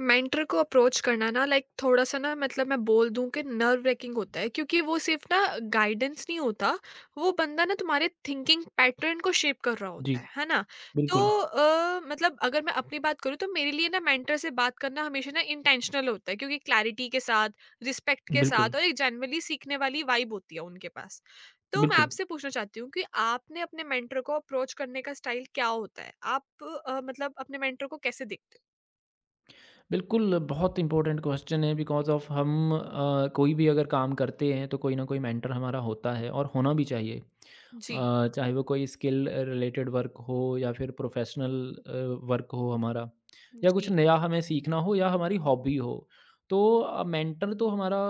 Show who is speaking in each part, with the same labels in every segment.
Speaker 1: Mentor को approach करना ना, लाइक थोड़ा सा ना, मतलब मैं बोल दूं कि नर्व रेकिंग होता है क्योंकि वो सिर्फ ना गाइडेंस नहीं होता। वो बंदा ना, तुम्हारे थिंकिंग पैटर्न को शेप कर रहा
Speaker 2: जी,
Speaker 1: होता है ना। तो
Speaker 2: बिल्कुल,
Speaker 1: मतलब अगर मैं अपनी बात करूँ तो मेरे लिए ना मेंटर से बात करना हमेशा ना इंटेंशनल होता है क्योंकि क्लैरिटी के साथ, रिस्पेक्ट के
Speaker 2: बिल्कुल,
Speaker 1: साथ और एक जनरली सीखने वाली वाइब होती है उनके पास। तो मैं
Speaker 2: बिल्कुल।
Speaker 1: आपसे पूछना चाहती हूँ कि आपने अपने मेंटर को अप्रोच करने का स्टाइल क्या होता है? आप मतलब अपने मेंटर को कैसे देखते हो?
Speaker 2: बिल्कुल, बहुत इम्पोर्टेंट क्वेश्चन है बिकॉज़ ऑफ़ हम कोई भी अगर काम करते हैं तो कोई ना कोई मेंटर हमारा होता है और होना भी चाहिए।
Speaker 1: जी,
Speaker 2: चाहे वो कोई स्किल रिलेटेड वर्क हो या फिर प्रोफ़ेशनल अ, वर्क हो हमारा या कुछ
Speaker 1: जी,
Speaker 2: नया हमें सीखना हो या हमारी हॉबी हो। तो मेंटर तो हमारा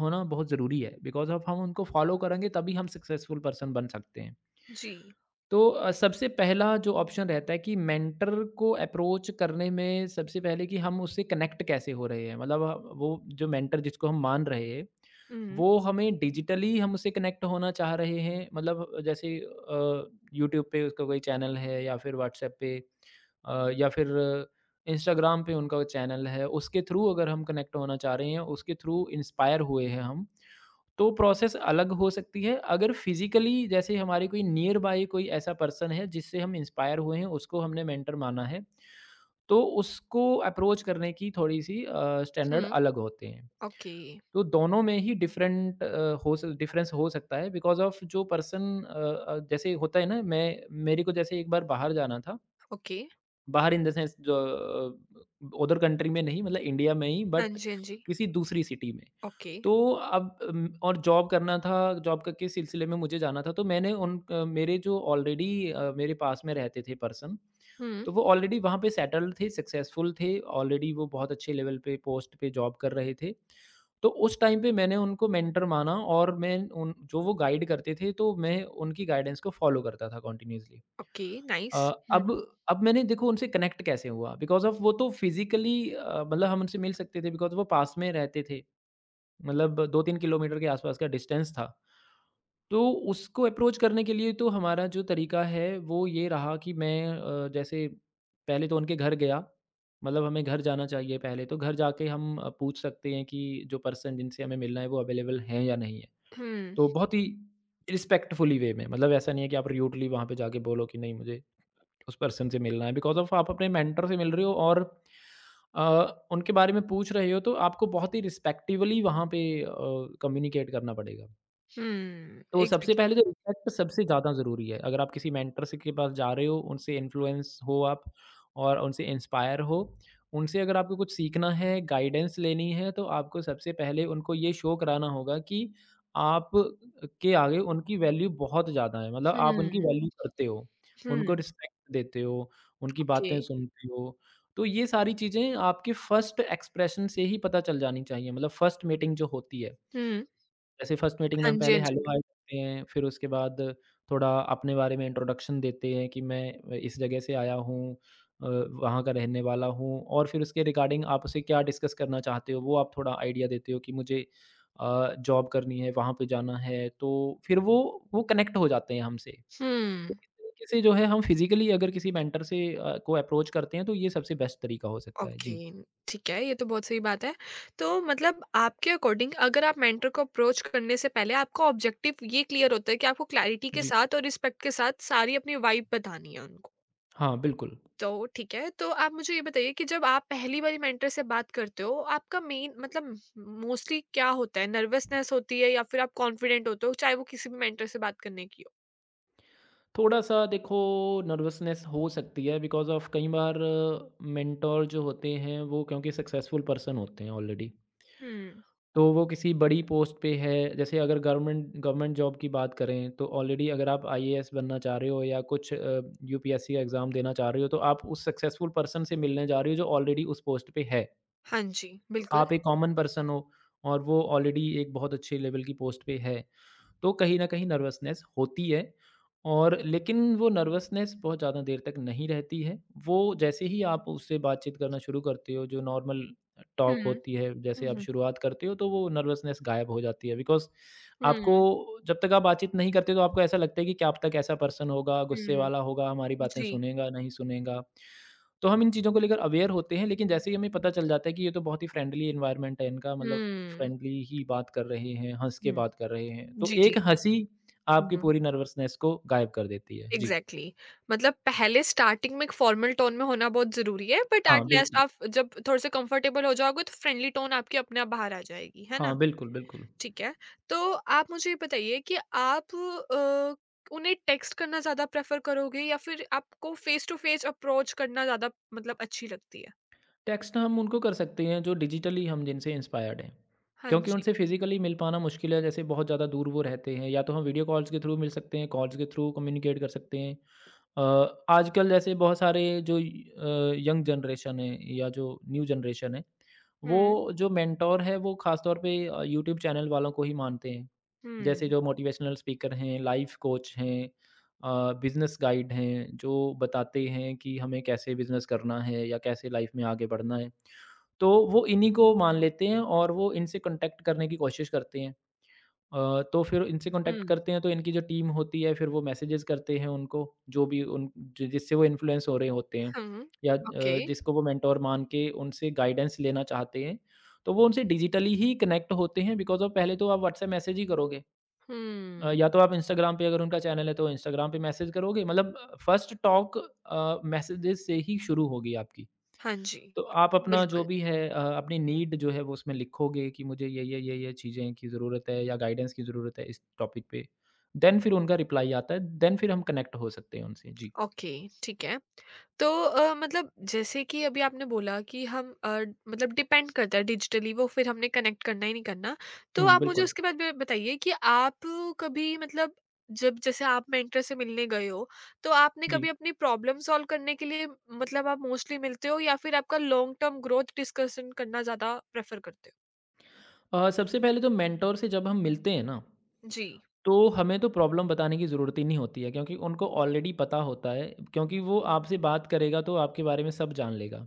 Speaker 2: होना बहुत ज़रूरी है बिकॉज़ ऑफ़ हम उनको फ़ॉलो करेंगे तभी हम सक्सेसफुल पर्सन बन सकते हैं।
Speaker 1: जी।
Speaker 2: तो सबसे पहला जो ऑप्शन रहता है कि मेंटर को अप्रोच करने में सबसे पहले कि हम उससे कनेक्ट कैसे हो रहे हैं, मतलब वो जो मेंटर जिसको हम मान रहे हैं
Speaker 1: हुँ,
Speaker 2: वो हमें डिजिटली हम उससे कनेक्ट होना चाह रहे हैं, मतलब जैसे यूट्यूब पे उसका कोई चैनल है या फिर व्हाट्सएप पे या फिर इंस्टाग्राम पे उनका चैनल है, उसके थ्रू अगर हम कनेक्ट होना चाह रहे हैं, उसके थ्रू इंस्पायर हुए हैं हम, तो प्रोसेस अलग हो सकती है। अगर फिज़िकली जैसे हमारे कोई नियर बाय कोई ऐसा पर्सन है जिससे हम इंस्पायर हुए हैं, उसको हमने मेंटर माना है, तो उसको अप्रोच करने की थोड़ी-सी स्टैंडर्ड
Speaker 1: हुँ।
Speaker 2: अलग होते हैं।
Speaker 1: ओके,
Speaker 2: तो दोनों में ही डिफरेंट हो स डिफरेंस हो सकता है बिकॉज़ ऑफ जो पर्सन जैसे होता है ना, मैं मेरे को जैसे एक बार बाहर जाना था।
Speaker 1: ओके।
Speaker 2: बाहर इन द सेंस जो अदर कंट्री में नहीं, मतलब इंडिया में ही,
Speaker 1: हाँ
Speaker 2: बट
Speaker 1: जी, हाँ जी।
Speaker 2: किसी दूसरी सिटी में।
Speaker 1: ओके।
Speaker 2: तो अब और जॉब करना था, जॉब क के सिलसिले में मुझे जाना था, तो मैंने उन मेरे जो ऑलरेडी मेरे पास में रहते थे पर्सन,
Speaker 1: हुँ,
Speaker 2: तो वो ऑलरेडी वहाँ पे सेटल्ड थे, सक्सेसफुल थे, ऑलरेडी वो बहुत अच्छे लेवल पे पोस्ट पे जॉब कर रहे थे। तो उस टाइम पे मैंने उनको मेंटर माना और मैं उन जो वो गाइड करते थे, तो मैं उनकी गाइडेंस को फॉलो करता था कंटीन्यूअसली।
Speaker 1: Okay,
Speaker 2: uh,
Speaker 1: nice. हुँ,
Speaker 2: अब अब मैंने देखो उनसे कनेक्ट कैसे हुआ बिकॉज़ ऑफ़ वो तो फिज़िकली मतलब हम उनसे मिल सकते थे बिकॉज़ वो पास में रहते थे। मतलब 2-3 किलोमीटर के आसपास का डिस्टेंस था। तो उसको अप्रोच करने के लिए तो हमारा जो तरीका है वो ये रहा कि मैं जैसे पहले तो उनके घर गया। मतलब हमें घर जाना चाहिए, पहले तो घर जाके हम पूछ सकते हैं कि जो पर्सन जिनसे हमें मिलना है वो अवेलेबल हैं या नहीं है।
Speaker 1: हुँ,
Speaker 2: तो बहुत ही रिस्पेक्टफुली वे में, मतलब ऐसा नहीं है कि आप र्यूडली वहाँ पे जाके बोलो कि नहीं, मुझे उस पर्सन से मिलना है बिकॉज़ ऑफ़ आप अपने मेंटर से मिल रहे हो और उनके बारे में पूछ रहे हो, तो आपको बहुत ही रिस्पेक्टफुली वहाँ पे कम्युनिकेट करना पड़ेगा।
Speaker 1: हुँ।
Speaker 2: तो सबसे
Speaker 1: एग्ज़ैक्टली।
Speaker 2: पहले तो इम्पैक्ट सबसे ज़्यादा ज़रूरी है। अगर आप किसी मेंटर से के पास जा रहे हो, उनसे इन्फ्लुएंस हो आप और उनसे इंस्पायर हो। उनसे अगर आपको कुछ सीखना है, गाइडेंस लेनी है, तो आपको सबसे पहले उनको ये शो कराना होगा कि आप के आगे उनकी वैल्यू बहुत ज़्यादा है। मतलब आप उनकी
Speaker 1: हुँ,
Speaker 2: वैल्यू करते हो, उनको
Speaker 1: हुँ,
Speaker 2: रिस्पेक्ट देते हो, उनकी
Speaker 1: ओके।
Speaker 2: बातें सुनते हो। तो ये सारी चीज़ें आपके फर्स्ट एक्सप्रेशन से ही पता चल जानी चाहिए। मतलब फर्स्ट मीटिंग जो होती है।
Speaker 1: हुँ,
Speaker 2: जैसे फर्स्ट मीटिंग में
Speaker 1: हाँ
Speaker 2: हम
Speaker 1: जी,
Speaker 2: पहले
Speaker 1: हाँ जी।
Speaker 2: हेलो हाय करते हैं, फिर उसके बाद थोड़ा अपने बारे में इंट्रोडक्शन देते हैं कि मैं इस जगह से आया हूँ, वहाँ का रहने वाला हूँ, और फिर उसके रिगार्डिंग आप उसे क्या डिस्कस करना चाहते हो, वो आप थोड़ा आइडिया देते हो कि मुझे जॉब करनी है, वहाँ पे जाना है, तो फिर वो कनेक्ट हो जाते हैं हमसे। तो
Speaker 1: हुँ,
Speaker 2: इस तरीके से जो है हम फिज़िकली अगर किसी मेंटर से को अप्रोच करते हैं तो ये सबसे बेस्ट तरीका हो सकता है।
Speaker 1: ओके।
Speaker 2: जी,
Speaker 1: ठीक है, ये तो बहुत सही बात है। तो मतलब आपके अकॉर्डिंग, अगर आप मेंटर को अप्रोच करने से पहले आपका ऑब्जेक्टिव ये क्लियर होता है कि आपको क्लैरिटी के
Speaker 2: जी।
Speaker 1: साथ और रिस्पेक्ट के साथ सारी अपनी वाइब बतानी है उनको।
Speaker 2: हाँ, बिल्कुल।
Speaker 1: तो ठीक है, तो आप मुझे ये बताइए कि जब आप पहली बारी मेंटर से बात करते हो, आपका मेन मतलब मोस्टली क्या होता है? नर्वसनेस होती है या फिर आप कॉन्फिडेंट होते हो, चाहे वो किसी भी मेंटर से बात करने की हो?
Speaker 2: थोड़ा-सा देखो, नर्वसनेस हो सकती है बिकॉज़ ऑफ़ कई बार मेंटर जो होते हैं वो क्योंकि सक्सेसफुल पर्सन होते हैं ऑलरेडी,
Speaker 1: हुँ।
Speaker 2: तो वो किसी बड़ी पोस्ट पे है। जैसे अगर गवर्नमेंट गवर्नमेंट जॉब की बात करें तो ऑलरेडी अगर आप आईएएस बनना चाह रहे हो या कुछ यूपीएससी का एग्ज़ाम देना चाह रहे हो, तो आप उस सक्सेसफुल पर्सन से मिलने जा रहे हो जो ऑलरेडी उस पोस्ट पे है।
Speaker 1: हाँ जी,
Speaker 2: तो
Speaker 1: बिल्कुल।
Speaker 2: आप एक कॉमन पर्सन हो और वो ऑलरेडी एक बहुत अच्छे लेवल की पोस्ट पे है। तो कहीं न कहीं नर्वसनेस होती है और लेकिन वो नर्वसनेस बहुत ज़्यादा देर तक नहीं रहती है। वो जैसे ही आप उससे बातचीत करना शुरू करते हो, जो नॉर्मल टॉक
Speaker 1: हुँ।
Speaker 2: होती है, जैसे
Speaker 1: हुँ,
Speaker 2: आप
Speaker 1: हुँ।
Speaker 2: शुरुआत करते हो, तो वो नर्वसनेस गायब हो जाती है। बिकॉज़
Speaker 1: हुँ, हुँ।
Speaker 2: आपको जब तक आप बातचीत नहीं करते, तो आपको ऐसा लगता है कि क्या अब तक ऐसा पर्सन होगा, गुस्से वाला होगा, हमारी बातें
Speaker 1: जी।
Speaker 2: सुनेगा, नहीं सुनेगा। तो हम इन चीज़ों को लेकर अवेयर होते हैं, लेकिन जैसे ही हमें पता चल जाता है कि ये तो बहुत ही फ्रेंडली एनवायरनमेंट है इनका, मतलब
Speaker 1: हुँ,
Speaker 2: फ्रेंडली ही बात कर रहे हैं, हँस के
Speaker 1: हुँ।
Speaker 2: बात कर रहे हैं। तो
Speaker 1: जी, जी।
Speaker 2: एक हँसी आपकी
Speaker 1: हुँ,
Speaker 2: पूरी नर्वसनेस को गायब कर देती है। जी।
Speaker 1: एग्ज़ैक्टली। मतलब पहले स्टार्टिंग में एक फॉर्मल टोन में होना बहुत ज़रूरी है, बट
Speaker 2: हाँ,
Speaker 1: एट लास्ट
Speaker 2: बिल्कुल।
Speaker 1: आप जब थोड़े से कंफर्टेबल हो जाओगे, तो फ्रेंडली टोन आपकी अपने आप बाहर आ जाएगी, है
Speaker 2: हाँ,
Speaker 1: ना?
Speaker 2: बिल्कुल।
Speaker 1: ठीक है। तो आप मुझे ये बताइए कि आप उन्हें टेक्स्ट करना ज़्यादा प्रेफ़र करोगे या फिर आपको फ़ेस टू फ़ेस अप्रोच करना ज़्यादा मतलब अच्छी लगती है?
Speaker 2: टेक्स्ट हम उनको कर सकते हैं जो डिजिटली हम जिनसे इंस्पायर्ड हैं,
Speaker 1: हाँ
Speaker 2: क्योंकि
Speaker 1: जी।
Speaker 2: उनसे फिज़िकली मिल पाना मुश्किल है, जैसे बहुत ज़्यादा दूर वो रहते हैं। या तो हम वीडियो कॉल्स के थ्रू मिल सकते हैं, कॉल्स के थ्रू कम्युनिकेट कर सकते हैं। अ, आजकल जैसे बहुत सारे जो यंग जनरेशन है या जो न्यू जनरेशन है,
Speaker 1: हुँ,
Speaker 2: वो जो मेंटोर है वो ख़ासतौर पे यूट्यूब चैनल वालों को ही मानते हैं। जैसे
Speaker 1: हुँ,
Speaker 2: जो मोटिवेशनल स्पीकर हैं, लाइफ कोच हैं, बिज़नेस गाइड हैं, जो बताते हैं कि हमें कैसे बिज़नेस करना है या कैसे लाइफ में आगे बढ़ना है। तो वो इन्हीं को मान लेते हैं और वो इनसे कॉन्टैक्ट करने की कोशिश करते हैं। तो फिर इनसे कॉन्टैक्ट
Speaker 1: हुँ,
Speaker 2: करते हैं तो इनकी जो टीम होती है फिर वो मैसेजेस करते हैं उनको, जो भी उन जि जिससे वो इन्फ्लुएंस हो रहे होते हैं
Speaker 1: हुँ,
Speaker 2: या
Speaker 1: ओके।
Speaker 2: जिसको वो मेंटोर मान के उनसे गाइडेंस लेना चाहते हैं, तो वो उनसे डिजिटली ही कनेक्ट होते हैं बिकॉज़ ऑफ पहले तो आप व्हाट्सएप मैसेज ही करोगे,
Speaker 1: हुँ,
Speaker 2: या तो आप इंस्टाग्राम पे अगर उनका चैनल है तो इंस्टाग्राम पे मैसेज करोगे, मतलब फर्स्ट टॉक मैसेजेस से ही शुरू होगी आपकी।
Speaker 1: हाँ जी,
Speaker 2: तो आप अपना जो
Speaker 1: बिल्कुल,
Speaker 2: भी है अपनी नीड जो है वो उसमें लिखोगे कि मुझे ये चीज़ें की ज़रूरत है या गाइडेंस की ज़रूरत है इस टॉपिक पे। देन फिर उनका रिप्लाई आता है, देन फिर हम कनेक्ट हो सकते हैं उनसे। जी।
Speaker 1: ओके, ठीक है। तो मतलब जैसे कि अभी आपने बोला कि हम मतलब डिपेंड करता है डिजिटली, वो फिर हमने कनेक्ट करना ही नहीं करना। तो
Speaker 2: हुँ,
Speaker 1: आप मुझे
Speaker 2: बिल्कुल।
Speaker 1: उसके बाद भी बताइए कि आप कभी मतलब, जब जैसे आप मेंटर से मिलने गए हो, तो आपने
Speaker 2: जी।
Speaker 1: कभी अपनी प्रॉब्लम सॉल्व करने के लिए मतलब आप मोस्टली मिलते हो या फिर आपका लॉन्ग टर्म ग्रोथ डिस्कशन करना ज़्यादा प्रेफ़र करते
Speaker 2: सबसे पहले तो मेंटर से जब हम मिलते हैं ना,
Speaker 1: हो? जी,
Speaker 2: तो हमें तो प्रॉब्लम बताने की ज़रूरत ही नहीं होती है, क्योंकि उनको ऑलरेडी पता होता है क्योंकि वो आपसे बात करेगा तो आपके बारे में सब जान लेगा।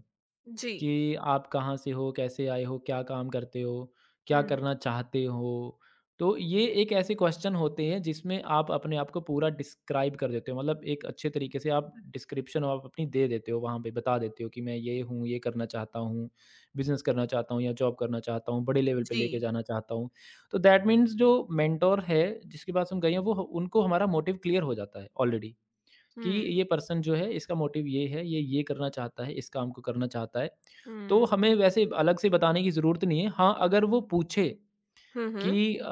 Speaker 1: जी।
Speaker 2: कि आप कहाँ से हो, कैसे आए हो, क्या काम करते हो, क्या
Speaker 1: हुँ,
Speaker 2: करना चाहते हो? तो ये एक ऐसे क्वेश्चन होते हैं जिसमें आप अपने आप को पूरा डिस्क्राइब कर देते हो, मतलब एक अच्छे तरीके से आप डिस्क्रिप्शन आप अपनी दे देते हो, वहाँ पे बता देते हो कि मैं ये हूँ, ये करना चाहता हूँ, बिज़नेस करना चाहता हूँ या जॉब करना चाहता हूँ, बड़े लेवल पे
Speaker 1: जी।
Speaker 2: लेके जाना चाहता हूँ। तो दैट मीन्स जो मेंटर है जिसके पास हम गए हैं वो ह उनको हमारा मोटिव क्लियर हो जाता है ऑलरेडी। कि
Speaker 1: हुँ,
Speaker 2: ये पर्सन जो है इसका मोटिव ये है, ये करना चाहता है, इस काम को करना चाहता है। तो
Speaker 1: हुँ।
Speaker 2: हमें वैसे अलग से बताने की ज़रूरत नहीं है। हाँ, अगर वो पूछे
Speaker 1: हुँ,
Speaker 2: कि
Speaker 1: हुँ।
Speaker 2: अ,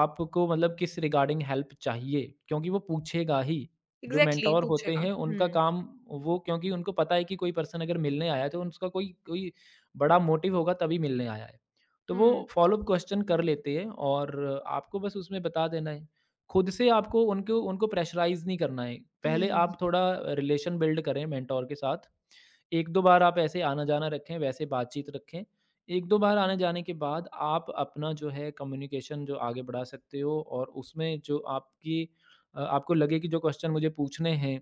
Speaker 2: आपको मतलब किस रिगार्डिंग हेल्प चाहिए, क्योंकि वो पूछेगा ही। जो
Speaker 1: एग्ज़ैक्टली
Speaker 2: मेंटर होते
Speaker 1: पूछेगा।
Speaker 2: हैं उनका
Speaker 1: हुँ,
Speaker 2: काम, वो क्योंकि उनको पता है कि कोई पर्सन अगर मिलने आया है तो उसका कोई कोई बड़ा मोटिव होगा तभी मिलने आया है। तो वो
Speaker 1: हुँ,
Speaker 2: फ़ॉलो-अप क्वेश्चन कर लेते हैं और आपको बस उसमें बता देना है। खुद से आपको उनको उनको प्रेशराइज़ नहीं करना है। पहले
Speaker 1: हुँ,
Speaker 2: आप थोड़ा रिलेशन बिल्ड करें मेंटर के साथ। 1-2 बार आप ऐसे आना-जाना रखें, वैसे बातचीत रखें। 1-2 बार आने-जाने के बाद आप अपना जो है कम्युनिकेशन जो आगे बढ़ा सकते हो और उसमें जो आपकी आपको लगे कि जो क्वेश्चन मुझे पूछने हैं,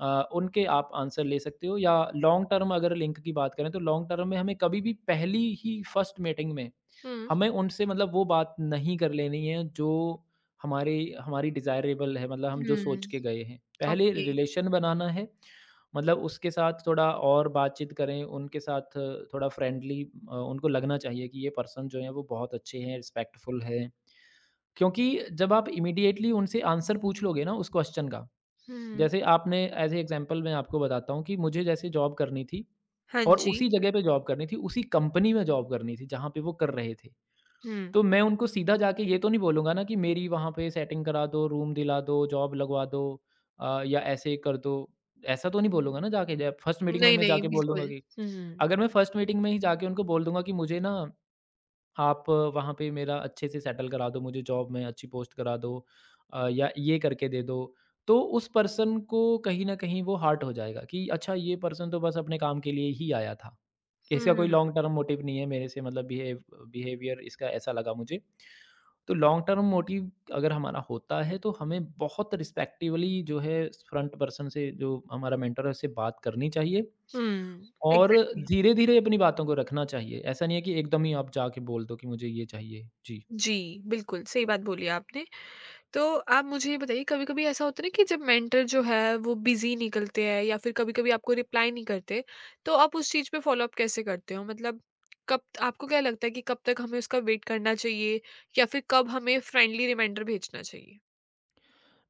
Speaker 2: उनके आप आंसर ले सकते हो, या लॉन्ग टर्म अगर लिंक की बात करें तो लॉन्ग टर्म में हमें कभी भी पहली ही फर्स्ट मीटिंग में हमें उनसे मतलब वो बात नहीं कर लेनी है जो हमारे हमारी डिज़ायरेबल है, मतलब हम जो
Speaker 1: हुँ, हुँ।
Speaker 2: सोच के गए हैं। पहले
Speaker 1: ओके।
Speaker 2: रिलेशन बनाना है, मतलब उसके साथ थोड़ा और बातचीत करें, उनके साथ थोड़ा फ्रेंडली उनको लगना चाहिए कि ये पर्सन जो है वो बहुत अच्छे हैं, रिस्पेक्टफुल हैं। क्योंकि जब आप इमीडिएटली उनसे आंसर पूछ लोगे ना उस क्वेश्चन का,
Speaker 1: हुँ।
Speaker 2: जैसे आपने एज़ ए एग्ज़ाम्पल मैं आपको बताता हूँ कि मुझे जैसे जॉब करनी थी
Speaker 1: हाँ
Speaker 2: और
Speaker 1: जी।
Speaker 2: उसी जगह पे जॉब करनी थी, उसी कंपनी में जॉब करनी थी जहाँ पे वो कर रहे थे।
Speaker 1: हुँ।
Speaker 2: तो मैं उनको सीधा जाके ये तो नहीं बोलूँगा ना कि मेरी वहाँ पे सेटिंग करा दो, रूम दिला दो, जॉब लगवा दो, या ऐसे कर दो। ऐसा तो नहीं बोलूँगा ना जाके ज फर्स्ट मीटिंग में
Speaker 1: नहीं,
Speaker 2: मैं
Speaker 1: नहीं,
Speaker 2: जाके बोल
Speaker 1: बिल्कुल।
Speaker 2: दूँगा कि।
Speaker 1: हुँ,
Speaker 2: अगर मैं फर्स्ट मीटिंग में ही जाके उनको बोल दूँगा कि मुझे ना आप वहाँ पे मेरा अच्छे से सेटल करा दो, मुझे जॉब में अच्छी पोस्ट करा दो, या ये करके दे दो। तो उस पर्सन को कहीं न कहीं वो हर्ट हो जाएगा कि अच्छा, ये पर्सन तो बस अपने काम के लिए ही आया था। इसका
Speaker 1: हुँ,
Speaker 2: कोई लॉन्ग टर्म मोटिव नहीं है मेरे से, मतलब बिहेवियर इसका ऐसा लगा मुझे। तो लॉन्ग टर्म मोटिव अगर हमारा होता है तो हमें बहुत रिस्पेक्टिवली जो है, फ्रंट पर्सन से, जो हमारा मेंटर है, उससे बात करनी चाहिए।
Speaker 1: हुँ,
Speaker 2: और
Speaker 1: एग्ज़ैक्टली।
Speaker 2: धीरे-धीरे अपनी बातों को रखना चाहिए। ऐसा नहीं है कि एकदम ही आप जाके बोल दो कि मुझे ये चाहिए। जी।
Speaker 1: जी, बिल्कुल, सही बात बोली आपने। तो आप मुझे ये बताइए, कभी-कभी ऐसा होता है ना कि जब मेंटर जो है वो बिज़ी निकलते हैं या फिर कभी-कभी आपको रिप्लाई नहीं करते, तो आप उस चीज़ पे फ़ॉलो-अप कैसे करते हो? मतलब कब, आपको क्या लगता है कि कब तक हमें उसका वेट करना चाहिए या फिर कब हमें फ्रेंडली रिमाइंडर भेजना चाहिए?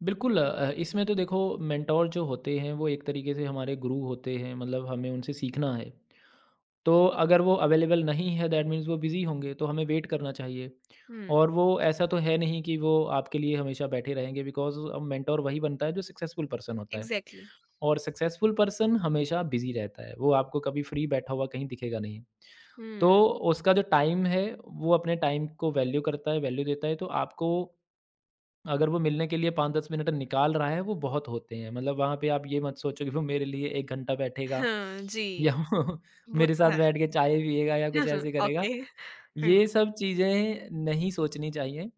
Speaker 2: बिल्कुल। इसमें तो देखो, मेंटोर जो होते हैं वो एक तरीके से हमारे गुरु होते हैं, मतलब हमें उनसे सीखना है। तो अगर वो अवेलेबल नहीं है, दैट मीन्स वो बिज़ी होंगे, तो हमें वेट करना चाहिए।
Speaker 1: हुँ,
Speaker 2: और वो ऐसा तो है नहीं कि वो आपके लिए हमेशा बैठे रहेंगे, बिकॉज़ मेंटर वही बनता है जो सक्सेसफुल पर्सन होता है।
Speaker 1: एग्ज़ैक्टली।
Speaker 2: और सक्सेसफुल पर्सन हमेशा बिज़ी रहता है, वो आपको कभी फ्री बैठा हुआ कहीं दिखेगा नहीं। तो
Speaker 1: हुँ,
Speaker 2: उसका जो टाइम है वो अपने टाइम को वैल्यू करता है, वैल्यू देता है, तो आपको अगर वो मिलने के लिए 5-10 मिनट निकाल रहा है, वो बहुत होते हैं। मतलब वहाँ पे आप ये मत सोचो कि वो मेरे लिए 1 घंटा बैठेगा
Speaker 1: हाँ
Speaker 2: या
Speaker 1: जी,
Speaker 2: वो
Speaker 1: वो
Speaker 2: मेरे
Speaker 1: तो
Speaker 2: साथ
Speaker 1: है।
Speaker 2: बैठ के चाय पिएगा या कुछ ऐसे करेगा।
Speaker 1: ओके, हुँ।
Speaker 2: ये सब चीज़ें नहीं सोचनी चाहिए।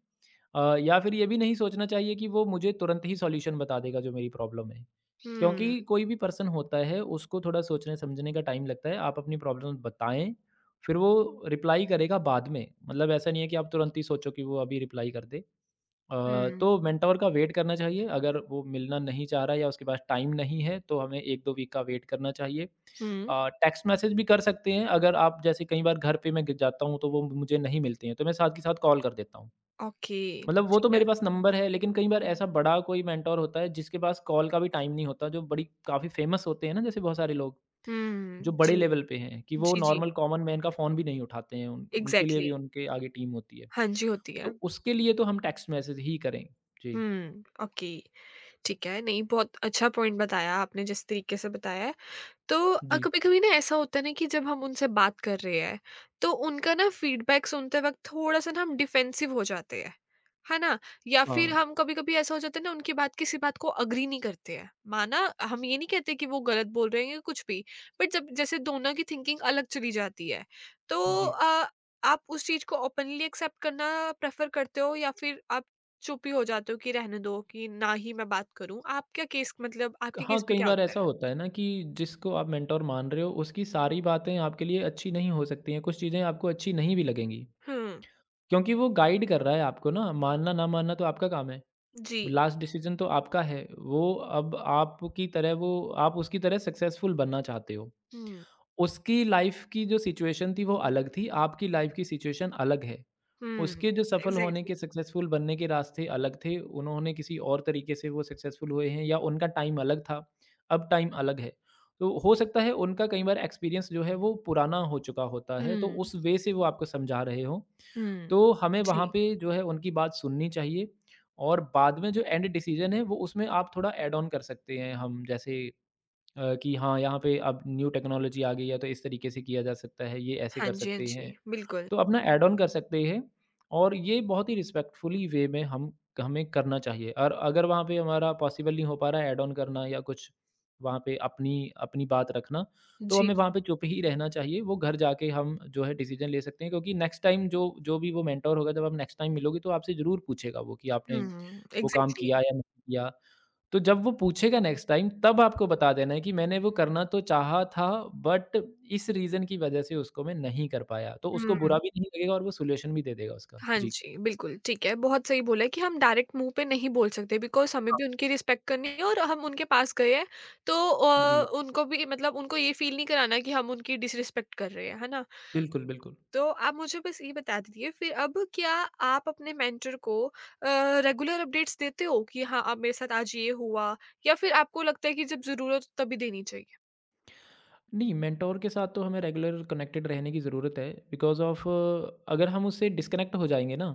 Speaker 2: या फिर ये भी नहीं सोचना चाहिए कि वो मुझे तुरंत ही सॉल्यूशन बता देगा जो मेरी प्रॉब्लम है।
Speaker 1: हुँ,
Speaker 2: क्योंकि कोई भी पर्सन होता है, उसको थोड़ा सोचने समझने का टाइम लगता है। आप अपनी प्रॉब्लम बताएँ, फिर वो रिप्लाई करेगा बाद में। मतलब ऐसा नहीं है कि आप तुरंत ही सोचो कि वो अभी रिप्लाई कर दे।
Speaker 1: हुँ,
Speaker 2: तो मेंटोर का वेट करना चाहिए। अगर वो मिलना नहीं चाह रहा है या उसके पास टाइम नहीं है, तो हमें 1-2 वीक का वेट करना चाहिए।
Speaker 1: हुँ,
Speaker 2: टेक्स्ट मैसेज भी कर सकते हैं। अगर आप, जैसे कई बार घर पे मैं ग जाता हूँ तो वो मुझे नहीं मिलते हैं, तो मैं साथ के साथ कॉल कर देता हूँ।
Speaker 1: ओके,
Speaker 2: मतलब वो
Speaker 1: ठीक
Speaker 2: तो
Speaker 1: है।
Speaker 2: मेरे पास नंबर है, लेकिन कई बार ऐसा बड़ा कोई मेंटोर होता है जिसके पास कॉल का भी टाइम नहीं होता, जो बड़ी काफ़ी फेमस होते हैं ना, जैसे बहुत सारे लोग, जो
Speaker 1: हुँ,
Speaker 2: बड़े
Speaker 1: जी,
Speaker 2: लेवल पे हैं, कि वो
Speaker 1: जी, जी,
Speaker 2: नॉर्मल कॉमन मैन का फ़ोन भी नहीं उठाते हैं, उन उनके लिए भी
Speaker 1: एग्ज़ैक्टली,
Speaker 2: उनके आगे टीम होती है।
Speaker 1: हाँ जी, होती है।
Speaker 2: तो उसके लिए तो हम टेक्स्ट मैसेज ही करें। जी।
Speaker 1: हुँ, ओके, ठीक है। नहीं, बहुत अच्छा पॉइंट बताया आपने जिस तरीके से बताया। तो
Speaker 2: जी,
Speaker 1: कभी-कभी ना ऐसा होता है ना कि जब हम उनसे बात कर रहे हैं तो उनका ना फीडबैक सुनते वक्त थोड़ा-सा ना हम डिफेंसिव हो जाते हैं, है ना? या फिर
Speaker 2: हाँ,
Speaker 1: हम कभी-कभी ऐसा हो जाता है ना उनकी बात, किसी बात को एग्री नहीं करते हैं। माना हम ये नहीं कहते कि वो गलत बोल रहे हैं या कुछ भी, बट जब जैसे दोनों की थिंकिंग अलग चली जाती है तो
Speaker 2: जी।
Speaker 1: आप उस चीज़ को ओपनली एक्सेप्ट करना प्रेफर करते हो या फिर आप चुप ही हो जाते हो कि रहने दो, कि ना ही मैं बात करूँ? आपका केस मतलब आपके
Speaker 2: हाँ,
Speaker 1: केस में
Speaker 2: कई
Speaker 1: क्या
Speaker 2: बार
Speaker 1: होता
Speaker 2: ऐसा
Speaker 1: है?
Speaker 2: होता है ना कि जिसको आप मेंटर मान रहे हो, उसकी सारी बातें आपके लिए अच्छी नहीं हो सकती हैं, कुछ चीज़ें आपको अच्छी नहीं भी लगेंगी,
Speaker 1: हुँ,
Speaker 2: क्योंकि वो गाइड कर रहा है आपको ना मानना तो आपका काम है।
Speaker 1: जी।
Speaker 2: लास्ट डिसीज़न तो आपका है। वो, अब आपकी तरह वो, आप उसकी तरह सक्सेसफुल बनना चाहते हो।
Speaker 1: हुँ,
Speaker 2: उसकी लाइफ़ की जो सिचुएशन थी वो अलग थी, आपकी लाइफ़ की सिचुएशन अलग है।
Speaker 1: हुँ,
Speaker 2: उसके जो सफल होने
Speaker 1: एग्ज़ैक्टली।
Speaker 2: के सक्सेसफुल बनने के रास्ते अलग थे, उन्होंने किसी और तरीके से वो सक्सेसफुल हुए हैं, या उनका टाइम अलग था, अब टाइम अलग है। तो हो सकता है उनका कई बार एक्सपीरियंस जो है वो पुराना हो चुका होता है, तो
Speaker 1: हुँ,
Speaker 2: उस वे से वो आपको समझा रहे हों।
Speaker 1: हुँ,
Speaker 2: तो हमें वहाँ
Speaker 1: जी।
Speaker 2: पे जो है उनकी बात सुननी चाहिए, और बाद में जो एंड डिसीजन है, वो उसमें आप थोड़ा ऐड ऑन कर सकते हैं हम, जैसे कि हाँ, यहाँ पे अब न्यू टेक्नोलॉजी आ गई है तो इस तरीके से किया जा सकता है, ये ऐसे
Speaker 1: हाँ
Speaker 2: कर
Speaker 1: जी, हाँ
Speaker 2: सकते हैं।
Speaker 1: जी, बिल्कुल।
Speaker 2: तो अपना ऐड ऑन कर सकते हैं, और ये बहुत ही रिस्पेक्टफुली वे में हम हमें करना चाहिए। और अगर वहाँ पे हमारा पॉसिबल नहीं हो पा रहा है ऐड ऑन करना, या कुछ वहाँ पे अपनी, अपनी बात रखना, तो
Speaker 1: जी,
Speaker 2: हमें
Speaker 1: जी।
Speaker 2: वहाँ पे चुप ही रहना चाहिए। वो घर जाके हम जो है डिसीज़न ले सकते हैं, क्योंकि नेक्स्ट टाइम जो जो भी वो मेंटर होगा, जब आप नेक्स्ट टाइम मिलोगे तो आपसे ज़रूर पूछेगा वो कि आपने
Speaker 1: हुँ,
Speaker 2: वो काम
Speaker 1: एग्ज़ैक्टली।
Speaker 2: किया या नहीं किया। तो जब वो पूछेगा नेक्स्ट टाइम, तब आपको बता देना है कि मैंने वो करना तो चाहा था, बट इस रीज़न की वज़ह से उसको मैं नहीं कर पाया। तो उसको
Speaker 1: हुँ,
Speaker 2: बुरा भी नहीं लगेगा, और वो सॉल्यूशन भी दे देगा उसका।
Speaker 1: हाँ
Speaker 2: जी।
Speaker 1: जी, बिल्कुल, ठीक है। बहुत सही बोला है कि हम डायरेक्ट मुँह पे नहीं बोल सकते, बिकॉज़ हमें
Speaker 2: हाँ,
Speaker 1: भी उनकी रिस्पेक्ट करनी है और हम उनके पास गए हैं, तो
Speaker 2: जी।
Speaker 1: उनको भी मतलब उनको ये फ़ील नहीं कराना कि हम उनकी डिसरिस्पेक्ट कर रहे हैं, है ना?
Speaker 2: बिल्कुल, बिल्कुल।
Speaker 1: तो आप मुझे बस ये बता दीजिए फिर, अब क्या आप अपने मेंटर को रेगुलर अपडेट्स देते हो कि हाँ, अब मेरे साथ आज ये हुआ, या फिर आपको लगता है कि जब ज़रूरत हो तभी देनी चाहिए?
Speaker 2: नहीं, मेंटोर के साथ तो हमें रेगुलर कनेक्टेड रहने की ज़रूरत है, बिकॉज़ ऑफ़ अगर हम उससे डिस्कनेक्ट हो जाएँगे ना,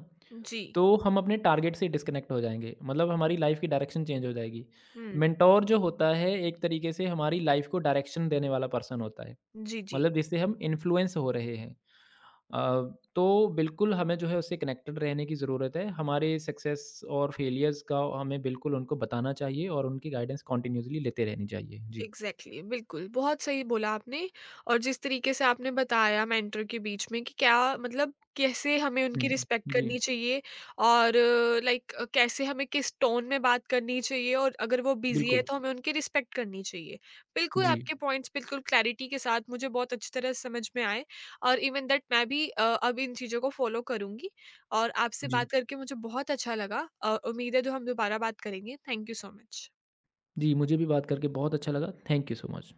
Speaker 1: जी।
Speaker 2: तो हम अपने टारगेट से डिस्कनेक्ट हो जाएँगे। मतलब हमारी लाइफ़ की डायरेक्शन चेंज हो जाएगी।
Speaker 1: हुँ।
Speaker 2: मेंटोर जो होता है एक तरीके से हमारी लाइफ़ को डायरेक्शन देने वाला पर्सन होता है।
Speaker 1: जी, जी।
Speaker 2: मतलब जिससे हम इन्फ्लुएंस हो रहे हैं। अ, तो बिल्कुल हमें जो है उससे कनेक्टेड रहने की ज़रूरत है। हमारे सक्सेस और फेलियर्स का हमें बिल्कुल उनको बताना चाहिए, और उनकी गाइडेंस कंटिन्यूअसली लेते रहनी चाहिए। जी।
Speaker 1: एग्जैक्टली, exactly, बिल्कुल, बहुत सही बोला आपने। और जिस तरीके से आपने बताया मेंटर के बीच में कि क्या मतलब कैसे हमें उनकी
Speaker 2: हुँ,
Speaker 1: रिस्पेक्ट
Speaker 2: जी,
Speaker 1: करनी चाहिए, और लाइक कैसे हमें किस टोन में बात करनी चाहिए, और अगर वो बिजी है
Speaker 2: बिल्कुल।
Speaker 1: तो हमें उनकी रिस्पेक्ट करनी चाहिए, बिल्कुल। हम्म।
Speaker 2: जी,
Speaker 1: आपके पॉइंट्स बिल्कुल क्लैरिटी के साथ मुझे बहुत अच्छी तरह समझ में आए और इवन दैट मैं भी अब इन चीज़ों को फॉलो करूंगी। और आपसे
Speaker 2: जी।
Speaker 1: बात करके मुझे बहुत अच्छा लगा और उम्मीद है जो हम दोबारा बात करेंगे। Thank you so much.
Speaker 2: जी, मुझे भी बात करके बहुत अच्छा लगा। Thank you so much.